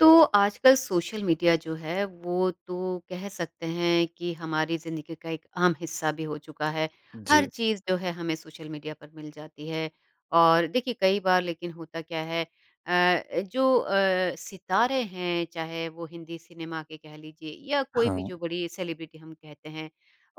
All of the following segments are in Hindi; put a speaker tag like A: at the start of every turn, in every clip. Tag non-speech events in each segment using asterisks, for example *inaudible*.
A: तो आजकल सोशल मीडिया जो है, वो तो कह सकते हैं कि हमारी ज़िंदगी का एक अहम हिस्सा भी हो चुका है। हर
B: जी,
A: चीज़ जो है हमें सोशल मीडिया पर मिल जाती है और देखिए कई बार लेकिन होता क्या है जो सितारे हैं, चाहे वो हिंदी सिनेमा के कह लीजिए या कोई भी
B: हाँ,
A: जो बड़ी सेलिब्रिटी हम कहते हैं,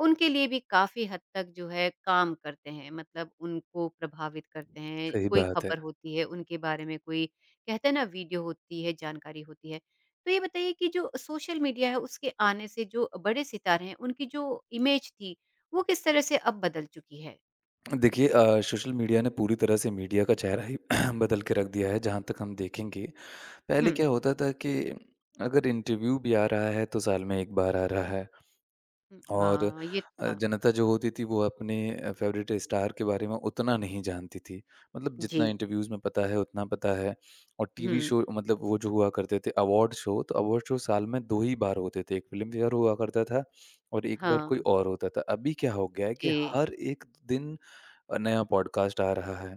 A: उनके लिए भी काफ़ी हद तक जो है काम करते हैं। मतलब उनको प्रभावित करते हैं,
B: सही
A: कोई
B: बात है।
A: खबर होती है, उनके बारे में कोई कहते हैं ना वीडियो होती है, जानकारी होती है। तो ये बताइए कि जो सोशल मीडिया है उसके आने से जो बड़े सितारे हैं उनकी जो इमेज थी वो किस तरह से अब बदल चुकी है?
B: देखिए सोशल मीडिया ने पूरी तरह से मीडिया का चेहरा ही *clears throat* बदल के रख दिया है, जहाँ तक हम देखेंगे। पहले
A: हुँ,
B: क्या होता था कि अगर इंटरव्यू भी आ रहा है, तो साल में 1 बार आ रहा है।
A: हुँ,
B: और
A: हाँ, ये तो था।
B: जनता जो होती थी वो अपने फ़ेवरेट स्टार के बारे में उतना नहीं जानती थी। मतलब
A: जी।
B: जितना इंटरव्यूज़ में पता है उतना पता है और
A: हुँ,
B: टीवी शो मतलब वो जो हुआ करते थे अवार्ड शो, तो अवार्ड शो साल में 2 ही बार होते थे। एक फ़िल्म फेयर हुआ करता था और एक बार कोई
A: हाँ,
B: और होता था। अभी क्या हो गया है कि
A: जी।
B: हर एक दिन नया पॉडकास्ट आ रहा है।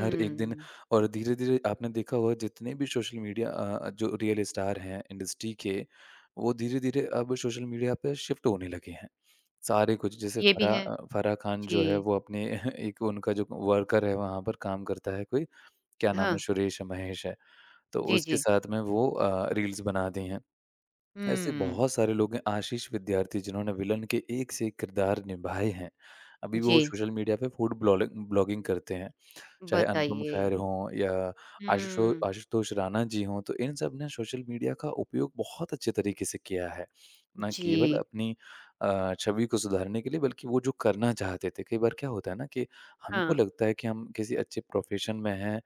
B: हर एक दिन और धीरे-धीरे आपने देखा होगा जितने भी सोशल मीडिया जो रियल स्टार हैं इंडस्ट्री के, वो धीरे-धीरे अब सोशल मीडिया पे शिफ्ट होने लगे हैं। सारे कुछ जैसे
A: ये भी
B: फराह
A: है।
B: अ, फराह खान
A: जी,
B: जो है वो अपने *laughs* एक उनका जो वर्कर है वहाँ पर काम करता है कोई, क्या नाम है
A: हाँ।
B: सुरेश या महेश है, तो
A: जी,
B: उसके
A: जी।
B: साथ में वो रील्स बना दी हैं। ऐसे
A: हुँ,
B: बहुत सारे लोग हैं आशीष विद्यार्थी जिन्होंने विलन के एक से एक किरदार निभाए हैं। अभी वो
A: जी,
B: सोशल मीडिया पे फूड ब्लॉलिंग ब्लॉगिंग करते हैं। चाहे अनुपम
A: बताइए।
B: खेर हों या
A: हुँ,
B: आशुतोष राणा जी हों, तो इन सब ने सोशल मीडिया का उपयोग बहुत अच्छे तरीके से किया है। ना केवल
A: जी,
B: अपनी छवि को सुधारने के लिए बल्कि वो जो करना चाहते थे, कई बार क्या होता है ना कि
A: हाँ,
B: हमको लगता है कि हम किसी अच्छे प्रोफ़ेशन में हैं,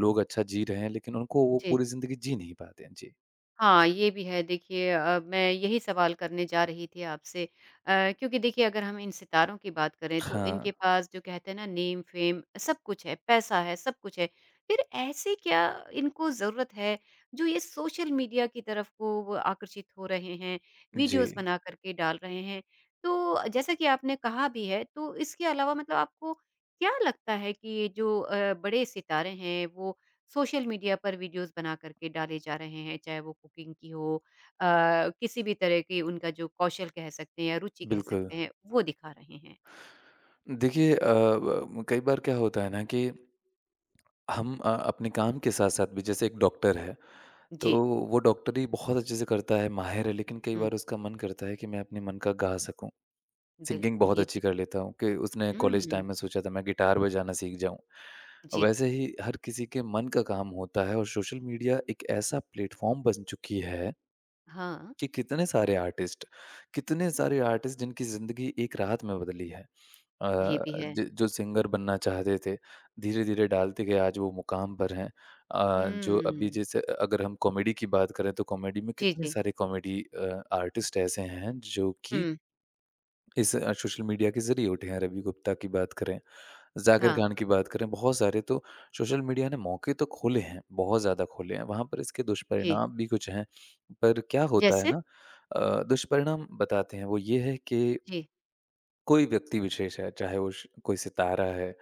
B: लोग अच्छा जी रहे हैं, लेकिन उनको वो
A: जी।
B: पूरी ज़िंदगी जी नहीं पाते हैं। जी।
A: हाँ, ये भी है देखिए मैं यही सवाल करने जा रही थी आपसे क्योंकि देखिए अगर हम इन सितारों की बात करें तो
B: हाँ,
A: इनके पास जो कहते हैं ना नेम फेम सब कुछ है, पैसा है, सब कुछ है। फिर ऐसे क्या इनको ज़रूरत है जो ये सोशल मीडिया की तरफ को वो आकर्षित हो रहे हैं,
B: जी,
A: वीडियोज़ बना कर के डाल रहे हैं। तो जैसा कि आपने कहा भी है तो इसके अलावा मतलब आपको क्या लगता है कि ये जो बड़े सितारे हैं वो सोशल मीडिया पर वीडियोस बना करके डाले जा रहे हैं, चाहे वो कुकिंग की हो अ, किसी भी तरह की उनका जो कौशल कह सकते हैं या रुचि कह
B: बिल्कुल।
A: सकते हैं, वो दिखा रहे हैं।
B: देखिए अ, ब कई बार क्या होता है ना कि हम अपने काम के साथ-साथ भी जैसे एक डॉक्टर है, तो
A: जी,
B: वो डॉक्टरी बहुत अच्छे से करता है, माहिर है, लेकिन कई
A: हुँ,
B: बार उसका मन करता है कि मैं अपने मन का गा सकूँ। सिंगिंग
A: बिल्कुल
B: बहुत
A: ये
B: अच्छी
A: भी
B: कर लेता हूँ कि उसने कॉलेज
A: हुँ,
B: टाइम में सोचा था मैं गिटार बजाना सीख जाऊँ।
A: जी,
B: वैसे ही हर किसी के मन का काम होता है और सोशल मीडिया एक ऐसा प्लेटफ़ॉर्म बन चुकी है
A: हाँ,
B: कि कितने सारे आर्टिस्ट जिनकी ज़िंदगी एक रात में बदली है। अ,
A: ये भी है।
B: ज जो सिंगर बनना चाहते थे, धीरे-धीरे डालते गए आज वो मुकाम पर हैं। जो अभी
A: हुँ,
B: जैसे अगर हम कॉमेडी की बात करें तो कॉमेडी में
A: जी,
B: कितने
A: जी,
B: सारे कॉमेडी आर्टिस्ट ऐसे हैं जो कि
A: हुँ,
B: इस सोशल मीडिया के ज़रिए उठे हैं। रवि गुप्ता की बात करें, ज़ाकिर
A: हाँ,
B: खान की बात करें, बहुत सारे तो सोशल मीडिया ने मौके तो खोले हैं, बहुत ज़्यादा खोले हैं। वहाँ पर इसके
A: जी,
B: दुष्परिणाम भी कुछ हैं। पर क्या होता है
A: जैसे?
B: ना दुष्परिणाम बताते हैं वो ये है कि
A: जी,
B: कोई व्यक्ति विशेष है, चाहे वो श कोई सितारा है,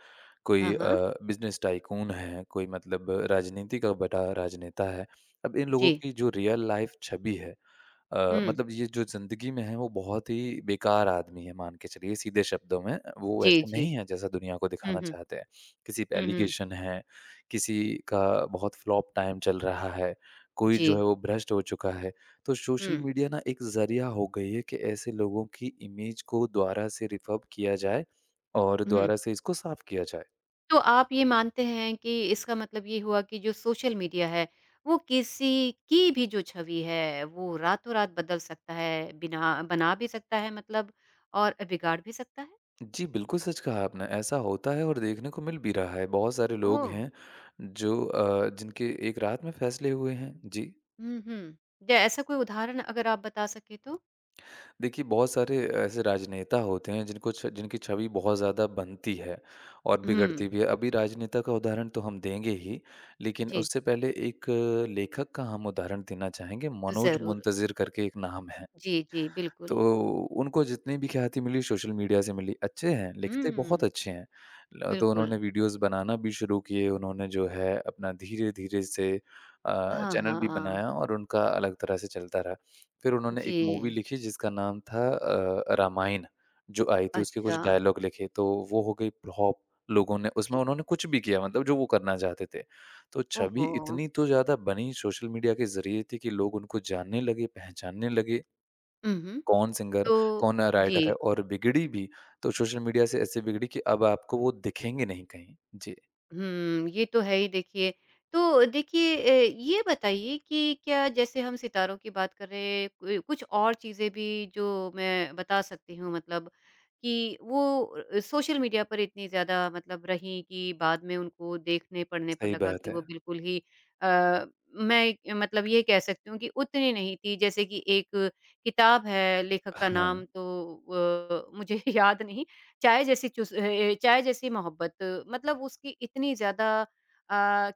A: हाँ,
B: कोई
A: हाँ,
B: बिज़नेस टाइकून है, कोई मतलब राजनीति का बड़ा राजनेता है। अब इन लोगों
A: जी,
B: की जो रियल लाइफ़ छवि है,
A: हुँ,
B: मतलब ये जो ज़िंदगी में है वो बहुत ही बेकार आदमी है मान के चलिए सीधे शब्दों में। वो
A: जी,
B: ऐसे
A: जी,
B: नहीं है जैसा दुनिया को
A: हुँ,
B: दिखाना
A: हुँ,
B: चाहते हैं। किसी पे
A: हुँ, हुँ,
B: एलिगेशन है, किसी का बहुत फ्लॉप टाइम चल रहा है, कोई जो है
A: जी,
B: वो भ्रष्ट हो चुका है। तो सोशल
A: हुँ,
B: मीडिया ना एक ज़रिया हो गई है कि ऐसे लोगों की इमेज को दोबारा से रिफ़अप किया जाए और
A: हुँ।
B: दोबारा से इसको साफ किया जाए।
A: तो आप ये मानते हैं कि इसका मतलब ये हुआ कि जो सोशल मीडिया है, वो किसी की भी जो छवि है, वो रातों-रात बदल सकता है, बिना बना भी सकता है मतलब और बिगाड़ भी सकता है?
B: जी, बिल्कुल सच कहा आपने। ऐसा होता है और देखने को मिल भी रहा है। बहुत सारे लोग
A: ओह!
B: हैं जो जिनके एक रात में फैसले हुए हैं। जी।
A: हुँ, हुँ। या ऐसा कोई उदाहरण अगर आप बता सकें तो?
B: देखिए बहुत सारे ऐसे राजनेता होते हैं जिनको छ जिनकी छवि बहुत ज़्यादा बनती है और
A: हुँ,
B: बिगड़ती भी है। अभी राजनेता का उदाहरण तो हम देंगे ही, लेकिन
A: जी,
B: उससे पहले एक लेखक का हम उदाहरण देना चाहेंगे। मनोज
A: ज़रूर।
B: मुंतज़िर करके एक नाम है।
A: जी, जी, बिल्कुल।
B: तो उनको जितनी भी ख्याति मिली सोशल मीडिया से मिली। अच्छे हैं, लिखते बहुत
A: हुँ,
B: अच्छे हैं। ल तो
A: बिल्कुल।
B: उन्होंने वीडियोज़ बनाना भी शुरू किए, उन्होंने जो है अपना धीरे-धीरे से
A: हाँ,
B: चैनल भी
A: हाँ।
B: बनाया और उनका अलग तरह से चलता रहा। फिर उन्होंने
A: जी,
B: एक मूवी लिखी जिसका नाम था रामायण, जो आई थी उसके
A: अच्छा,
B: कुछ डायलॉग लिखे तो वो हो गई फ्लॉप। लोगों ने उसमें
A: ठीक।
B: उन्होंने कुछ भी किया मतलब जो वो करना चाहते थे। तो छवि
A: ओहो!
B: इतनी तो ज़्यादा बनी सोशल मीडिया के ज़रिए थी कि लोग उनको जानने लगे, पहचानने लगे
A: उहुँ,
B: कौन सिंगर,
A: तो
B: कौन राइटर
A: जी।
B: है और बिगड़ी भी तो सोशल मीडिया से ऐसे बिगड़ी कि अब आपको वो दिखेंगे नहीं कहीं। जी,
A: हुँ, ये तो है ही देखिए। तो देखिए ए, ये बताइए कि क्या जैसे हम सितारों की बात कर रहे हैं कोई कुछ और चीज़ें भी जो मैं बता सकती हूँ मतलब कि वो सोशल मीडिया पर इतनी ज़्यादा मतलब रहीं कि बाद में उनको देखने पढ़ने पर
B: सही
A: लगा
B: बात
A: कि वो
B: है।
A: बिल्कुल ही अ, मतलब ये कह सकती हूँ कि उतनी नहीं थी जैसे कि एक किताब है लेखक का
B: हाँ,
A: नाम तो मुझे *laughs* याद नहीं चाय जैसी मोहब्बत मतलब उसकी इतनी ज़्यादा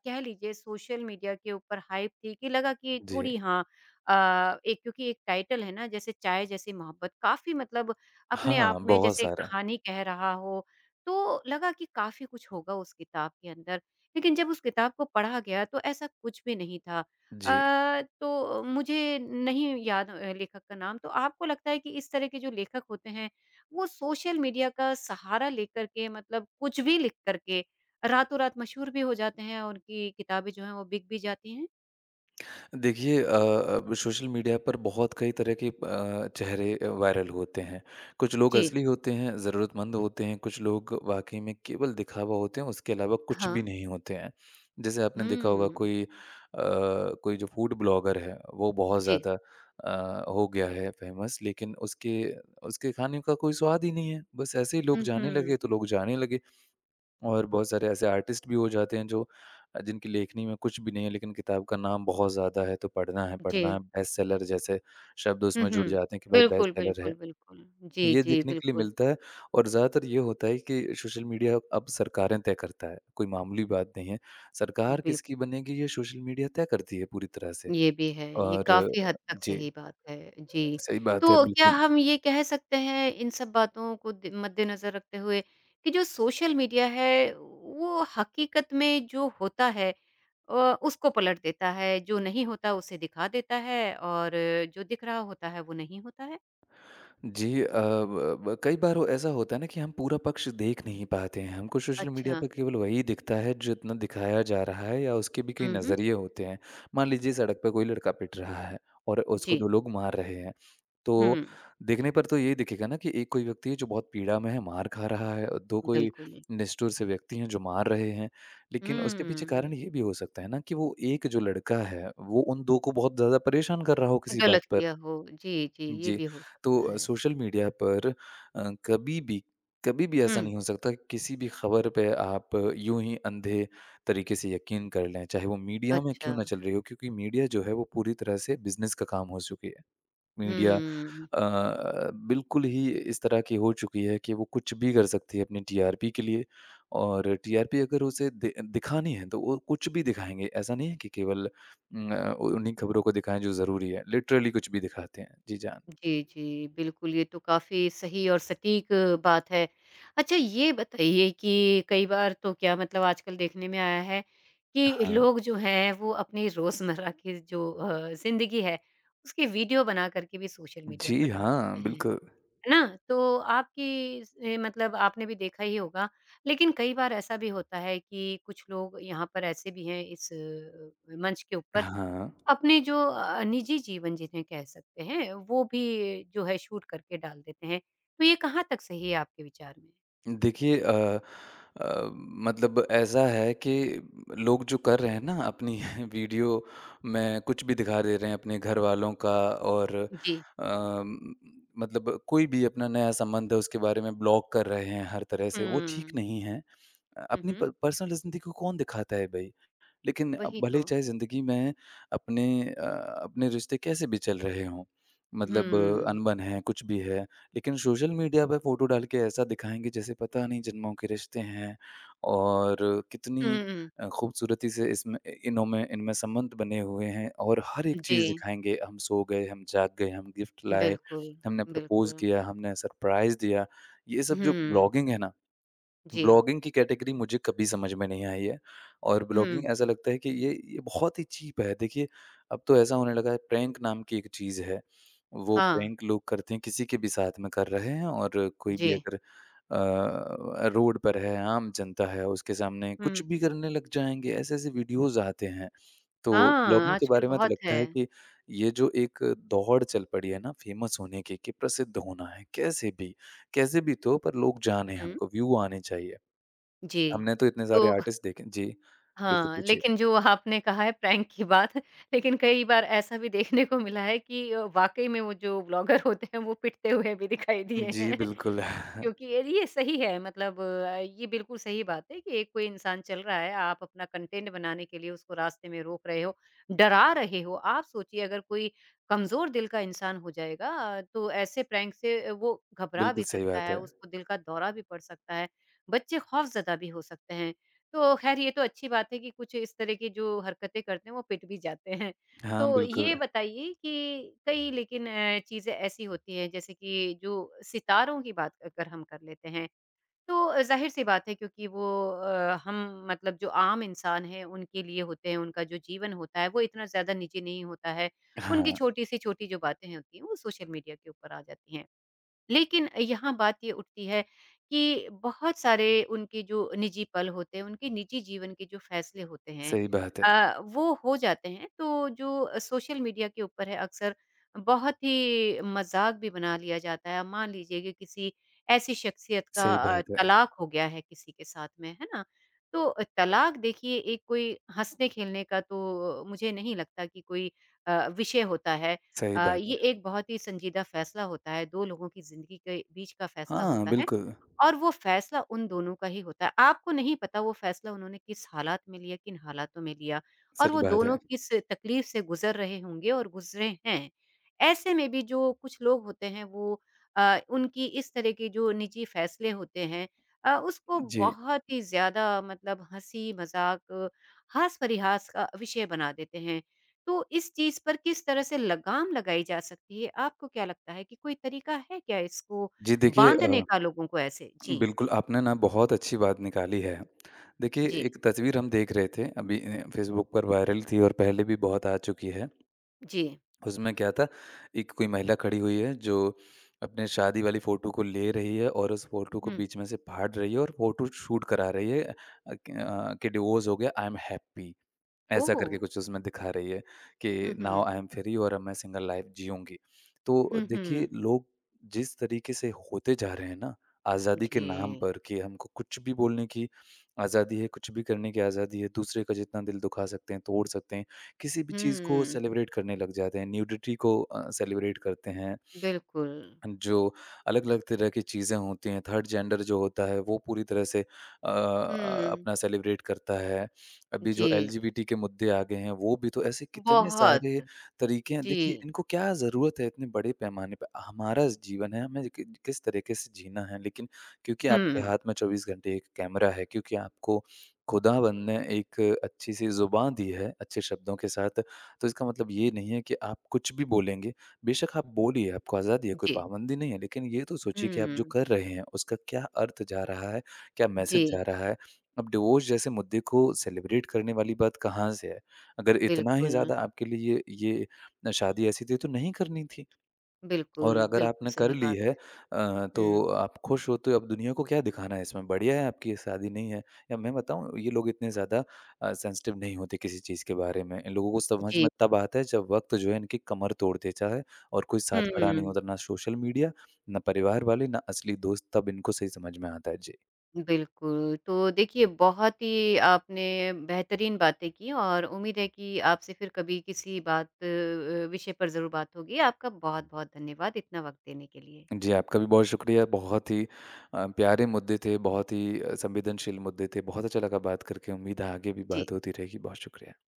A: कह लीजिए सोशल मीडिया के ऊपर हाइप थी कि लगा कि
B: जी।
A: थोड़ी हाँ एक क्योंकि एक टाइटल है ना जैसे चाय जैसी मोहब्बत काफ़ी मतलब अपने आप
B: हाँ,
A: में
B: बहुत
A: जैसे एक
B: सारा।
A: कहानी कह रहा हो, तो लगा कि काफ़ी कुछ होगा उस किताब के अंदर। लेकिन जब उस किताब को पढ़ा गया तो ऐसा कुछ भी नहीं था।
B: जी।
A: तो मुझे नहीं याद लेखक का नाम, तो आपको लगता है कि इस तरह के जो लेखक होते हैं वो सोशल मीडिया का सहारा लेकर के मतलब कुछ भी लिख कर के रातों रात मशहूर भी हो जाते हैं और उनकी किताबें जो हैं वो बिक भी जाती हैं।
B: देखिए अब सोशल मीडिया पर बहुत कई तरह के चेहरे वायरल होते हैं। कुछ लोग
A: जी।
B: असली होते हैं, ज़रूरतमंद होते हैं, कुछ लोग वाक़ई में केवल दिखावा होते हैं, उसके अलावा कुछ
A: हाँ।
B: भी नहीं होते हैं। जैसे आपने देखा होगा
A: हुँ।
B: कोई जो फूड ब्लॉगर है, वो बहुत
A: जी।
B: ज़्यादा हो गया है फ़ेमस लेकिन उसके उसके खाने का कोई स्वाद ही नहीं है। बस ऐसे ही
A: हुँ,
B: लोग जाने
A: हुँ।
B: लगे, तो लोग जाने लगे। और बहुत सारे ऐसे आर्टिस्ट भी हो जाते हैं जो जिनकी लेखनी में कुछ भी नहीं है लेकिन किताब का नाम बहुत ज़्यादा है तो पढ़ना है
A: जी।
B: पढ़ना है बेस्ट सेलर जैसे शब्द
A: हुँ,
B: उसमें जुड़
A: हुँ।
B: जाते हैं कि भाई बेस्ट
A: बिल्कुल,
B: सेलर है
A: बिल्कुल, बिल्कुल। जी,
B: ये
A: जी,
B: देखने के लिए
A: बिल्कुल।
B: मिलता है। और ज़्यादातर ये होता है कि सोशल मीडिया अब सरकारें तय करता है कोई मामूली बात नहीं है। सरकार
A: बिल
B: किसकी बनेगी ये सोशल मीडिया तय करती है पूरी तरह से।
A: ये भी है, ये
B: और
A: काफ़ी हद तक
B: जी
A: सही बात है। जी।
B: सही बात है
A: तो क्या
B: बिल्कुल।
A: हम ये कह सकते हैं इन सब बातों को दि मद्देनज़र रखते हुए कि जो सोशल मीडिया है वो हकीकत में जो होता है अ, उसको पलट देता है, जो नहीं होता उसे दिखा देता है और जो दिख रहा होता है वो नहीं होता है।
B: जी अ, ब ब कई बार वो ऐसा होता है ना कि हम पूरा पक्ष देख नहीं पाते हैं। हमको सोशल मीडिया
A: अच्छा।
B: पे केवल वही दिखता है जितना दिखाया जा रहा है या उसके भी कई
A: हुँ, हुँ।
B: नज़रिए होते हैं। मान लीजिए सड़क पे कोई लड़का पिट रहा है और उसको
A: जी।
B: 2 लोग मार रहे हैं।
A: हुँ,
B: तो देखने पर तो यही दिखेगा ना कि एक कोई व्यक्ति है जो बहुत पीड़ा में है, मार खा रहा है और 2 कोई
A: बिल्कुल।
B: निष्ठुर से व्यक्ति हैं जो मार रहे हैं। लेकिन उसके पीछे कारण
A: हुँ,
B: ये भी हो सकता है ना कि वो एक जो लड़का है, वो उन 2 को बहुत ज़्यादा परेशान कर रहा हो किसी बात
A: गलत
B: पर।
A: किया हो। जी, जी, ये
B: जी,
A: भी हो
B: तो
A: सकता है।
B: सोशल मीडिया पर कभी भी कभी भी ऐसा
A: हुँ,
B: नहीं हो सकता कि किसी भी खबर पे आप यूँ ही अंधे तरीके से यकीन कर लें, चाहे वो मीडिया में
A: अच्छा।
B: क्यों ना चल रही हो क्योंकि मीडिया जो है वो पूरी तरह से बिज़नेस का काम हो चुकी है। मीडिया
A: हुँ।
B: बिल्कुल ही इस तरह की हो चुकी है कि वो कुछ भी कर सकती है अपनी टीआरपी के लिए। और टीआरपी अगर उसे दि दिखानी है तो वो कुछ भी दिखाएँगे। ऐसा नहीं है कि केवल उन्हीं खबरों को दिखाएँ जो ज़रूरी है, लिटरली कुछ भी दिखाते हैं। जी, जान।
A: जी, जी। बिल्कुल, ये तो काफ़ी सही और सटीक बात है। अच्छा ये बताइए कि कई बार तो क्या मतलब आजकल देखने में आया है कि
B: हाँ,
A: लोग जो हैं वो अपनी रोज़मर्रा की जो ज़िंदगी है उसकी वीडियो बना कर के भी सोशल मीडिया पर
B: जी
A: डाल
B: हाँ,
A: देते हैं।
B: बिल्कुल।
A: है ना? तो आपकी इस ए मतलब आपने भी देखा ही होगा लेकिन कई बार ऐसा भी होता है कि कुछ लोग यहाँ पर ऐसे भी हैं इस मंच के ऊपर
B: हाँ,
A: अपने जो निजी जीवन जिन्हें कह सकते हैं, वो भी जो है शूट करके डाल देते हैं। तो ये कहाँ तक सही है आपके विचार में?
B: देखिए अ, मतलब ऐसा है कि लोग जो कर रहे हैं ना अपनी *laughs* वीडियो में कुछ भी दिखा दे रहे हैं अपने घरवालों का और
A: जी।
B: अम, मतलब कोई भी अपना नया संबंध है उसके बारे में ब्लॉग कर रहे हैं हर तरह
A: हुँ।
B: से, वो ठीक नहीं है। अ,
A: हुँ,
B: अपनी
A: हुँ।
B: प पर्सनल ज़िंदगी को कौन दिखाता है भई? लेकिन
A: वही
B: भले ही
A: तो।
B: चाहे ज़िंदगी में अपने अ, अपने रिश्ते कैसे भी चल रहे हों, मतलब
A: हुँ।
B: अनबन है, कुछ भी है, लेकिन सोशल मीडिया पे फ़ोटो डाल के ऐसा दिखाएँगे जैसे पता नहीं जन्मों के रिश्ते हैं और कितनी
A: हुँ,
B: खूबसूरती से इसमें इ इनों में इनमें संबंध बने हुए हैं और हर एक
A: जी।
B: चीज़ दिखाएँगे, हम सो गए, हम जाग गए, हम गिफ्ट लाए,
A: बिल्कुल,
B: हमने प्रपोज़
A: बिल्कुल।
B: किया, हमने सरप्राइज़ दिया। ये सब जो
A: हुँ,
B: ब्लॉगिंग है ना,
A: जी।
B: ब्लॉगिंग की कैटेगरी मुझे कभी समझ में नहीं आई है और
A: हुँ,
B: ब्लॉगिंग ऐसा लगता है कि ये बहुत ही चीप है। देखिए, अब तो ऐसा होने लगा है प्रैंक नाम की एक चीज़ है। वो
A: हाँ,
B: प्रैंक लोग करते हैं किसी के भी साथ में कर रहे हैं और कोई
A: जी।
B: भी अगर रोड पर है, आम जनता है, उसके सामने कुछ
A: हुँ,
B: भी करने लग जाएँगे, ऐसे-ऐसे वीडियोज़ आते हैं। तो
A: हाँ,
B: ब्लॉगिंग के
A: आजकल
B: बारे में तो
A: बहुत
B: लगता
A: है।
B: है कि ये जो एक दौड़ चल पड़ी है ना फ़ेमस होने की, कि प्रसिद्ध होना है, कैसे भी तो पर लोग जानें
A: हुँ,
B: हमको, व्यू आने चाहिए।
A: जी।
B: हमने तो इतने सारे
A: तो *laughs*
B: आर्टिस्ट देखे जी, बिल्कुल
A: हाँ,
B: पूछिए।
A: लेकिन जो आपने कहा है प्रैंक की बात लेकिन कई बार ऐसा भी देखने को मिला है कि वाक़ई में वो जो ब्लॉगर होते हैं वो पिटते हुए भी दिखाई दिए
B: जी,
A: हैं।
B: बिल्कुल। *laughs*
A: क्योंकि ये सही है मतलब ये बिल्कुल सही बात है कि एक कोई इंसान चल रहा है, आप अपना कंटेंट बनाने के लिए उसको रास्ते में रोक रहे हो, डरा रहे हो। आप सोचिए अगर कोई कमज़ोर दिल का इंसान हो जाएगा तो ऐसे प्रैंक से वो घबरा भी
B: बिल्कुल सही
A: सकता
B: बात
A: है,
B: है।
A: उसको दिल का दौरा भी पड़ सकता है, बच्चे खौफ़ज़दा भी हो सकते हैं। तो खैर ये तो अच्छी बात है कि कुछ इस तरह की जो हरकतें करते हैं, वो पिट भी जाते हैं।
B: हाँ,
A: तो
B: बिल्कुल।
A: ये बताइए कि कई लेकिन चीज़ें ऐसी होती हैं जैसे कि जो सितारों की बात अगर हम कर लेते हैं, तो ज़ाहिर-सी बात है क्योंकि वो हम मतलब जो आम इंसान हैं उनके लिए होते हैं, उनका जो जीवन होता है वो इतना ज़्यादा निजी नहीं होता है। उनकी
B: हाँ,
A: छोटी-सी छोटी जो बातें होती हैं वो सोशल मीडिया के ऊपर आ जाती हैं। लेकिन यहाँ बात ये उठती है कि बहुत सारे उनके जो निजी पल होते हैं, उनके निजी जीवन के जो फैसले होते हैं
B: सही बात है,
A: वो हो जाते हैं। तो जो सोशल मीडिया के ऊपर है अक्सर बहुत ही मज़ाक भी बना लिया जाता है। मान लीजिए कि किसी ऐसी शख्सियत का
B: सही बात है,
A: तलाक हो गया है किसी के साथ में, है ना? तो तलाक देखिए एक कोई हँसने-खेलने का तो मुझे नहीं लगता कि कोई विषय होता है।
B: सही बात
A: ये
B: है।
A: एक बहुत ही संजीदा फैसला होता है, 2 लोगों की ज़िंदगी के बीच का फैसला
B: हाँ,
A: होता है।
B: बिल्कुल,
A: और वो फैसला उन दोनों का ही होता है। आपको नहीं पता वो फैसला उन्होंने किस हालात में लिया, किन हालातों में लिया और
B: सच
A: वो
B: बात
A: दोनों
B: है।
A: किस तकलीफ से गुज़र रहे होंगे और गुज़रे हैं। ऐसे में भी जो कुछ लोग होते हैं वो उनकी इस तरह के जो निजी फैसले होते हैं उसको
B: जी,
A: बहुत ही ज़्यादा मतलब हँसी-मज़ाक, हास-परिहास का विषय बना देते हैं। तो इस चीज़ पर किस तरह से लगाम लगाई जा सकती है? आपको क्या लगता है कि कोई तरीका है क्या इसको
B: जी देखिए
A: बाँधने का लोगों को ऐसे। जी,
B: बिल्कुल आपने ना बहुत अच्छी बात निकाली है। देखिए
A: जी,
B: एक तस्वीर हम देख रहे थे अभी फ़ेसबुक पर वायरल थी और पहले भी बहुत आ चुकी है।
A: जी।
B: उसमें क्या था, एक कोई महिला खड़ी हुई है जो अपने शादी वाली फ़ोटो को ले रही है और उस फ़ोटो को
A: हुँ।
B: बीच में से फाड़ रही है और फ़ोटो शूट करा रही है कि डिवोर्स हो गया आई एम हैप्पी।
A: ओह!
B: ऐसा करके कुछ उसमें दिखा रही है
A: हुँ,
B: कि नाउ
A: हुँ।
B: आई एम फ्री और अब मैं सिंगल लाइफ जीऊँगी। तो
A: हुँ,
B: देखिए
A: हुँ।
B: लोग जिस तरीके से होते जा रहे हैं ना, आज़ादी के नाम
A: जी।
B: पर कि हमको कुछ भी बोलने की आज़ादी है, कुछ भी करने की आज़ादी है, दूसरे का जितना दिल दुखा सकते हैं, तोड़ सकते हैं, किसी भी चीज़ को
A: हुँ,
B: सेलिब्रेट करने लग जाते हैं, न्यूडिटी को सेलिब्रेट करते हैं,
A: बिल्कुल।
B: जो अलग-अलग तरह की चीज़ें होती हैं, थर्ड जेंडर जो होता है वो पूरी तरह से
A: हुँ,
B: अपना सेलिब्रेट करता है। अभी
A: जी।
B: जो एलजीबीटी के मुद्दे आ गए हैं वो भी तो ऐसे कितने सारे
A: बहुत।
B: तरीके हैं।
A: जी।
B: देखिए इनको क्या ज़रूरत है इतने बड़े पैमाने पे? हमारा जीवन है, हमें कि किस तरीके से जीना है लेकिन क्योंकि आपके
A: हुँ,
B: हाथ में 24 घंटे एक कैमरा है, क्योंकि आपको खुदावंद ने एक अच्छी-सी ज़ुबान दी है अच्छे शब्दों के साथ, तो इसका मतलब ये नहीं है कि आप कुछ भी बोलेंगे। बेशक आप बोलिए, आपको आज़ादी है, कोई
A: जी।
B: पाबंदी नहीं है, लेकिन ये तो सोचिए कि आप जो
A: हुँ,
B: कर रहे हैं, उसका क्या अर्थ जा रहा है, क्या
A: जी।
B: मैसेज जा रहा है। अब डिवोर्स जैसे मुद्दे को सेलिब्रेट करने वाली बात कहाँ से है? अगर इतना ही
A: बिल्कुल,
B: ज़्यादा आपके लिए ये शादी ऐसी थी, तो नहीं करनी थी। और
A: बिल्कुल,
B: अगर
A: बिल्कुल
B: आपने कर
A: सही
B: ली
A: बात
B: है,
A: है। हुँ,
B: तो आप खुश हो तो अब दुनिया को क्या दिखाना है इसमें? बढ़िया है आपकी ये शादी नहीं है या मैं बताऊँ ये लोग इतने ज़्यादा सेंसिटिव नहीं होते किसी चीज़ के बारे में। इन लोगों को समझ
A: जी।
B: में तब आता है जब वक़्त जो है इनकी कमर तोड़ देता है और कोई साथ खड़ा नहीं
A: हुँ।
B: होता, ना सोशल मीडिया, ना परिवार वाले, ना असली दोस्त, तब इनको सही समझ में आता है। जी।
A: बिल्कुल, तो देखिए बहुत ही आपने बेहतरीन बातें की और उम्मीद है कि आपसे फिर कभी किसी बात विषय पर ज़रूर बात होगी। आपका बहुत-बहुत धन्यवाद इतना वक़्त देने के लिए।
B: जी, आपका भी बहुत शुक्रिया। बहुत ही प्यारे मुद्दे थे, बहुत ही संवेदनशील मुद्दे थे। बहुत अच्छा लगा बात करके। उम्मीद है आगे भी
A: जी।
B: बात होती रहेगी। बहुत शुक्रिया।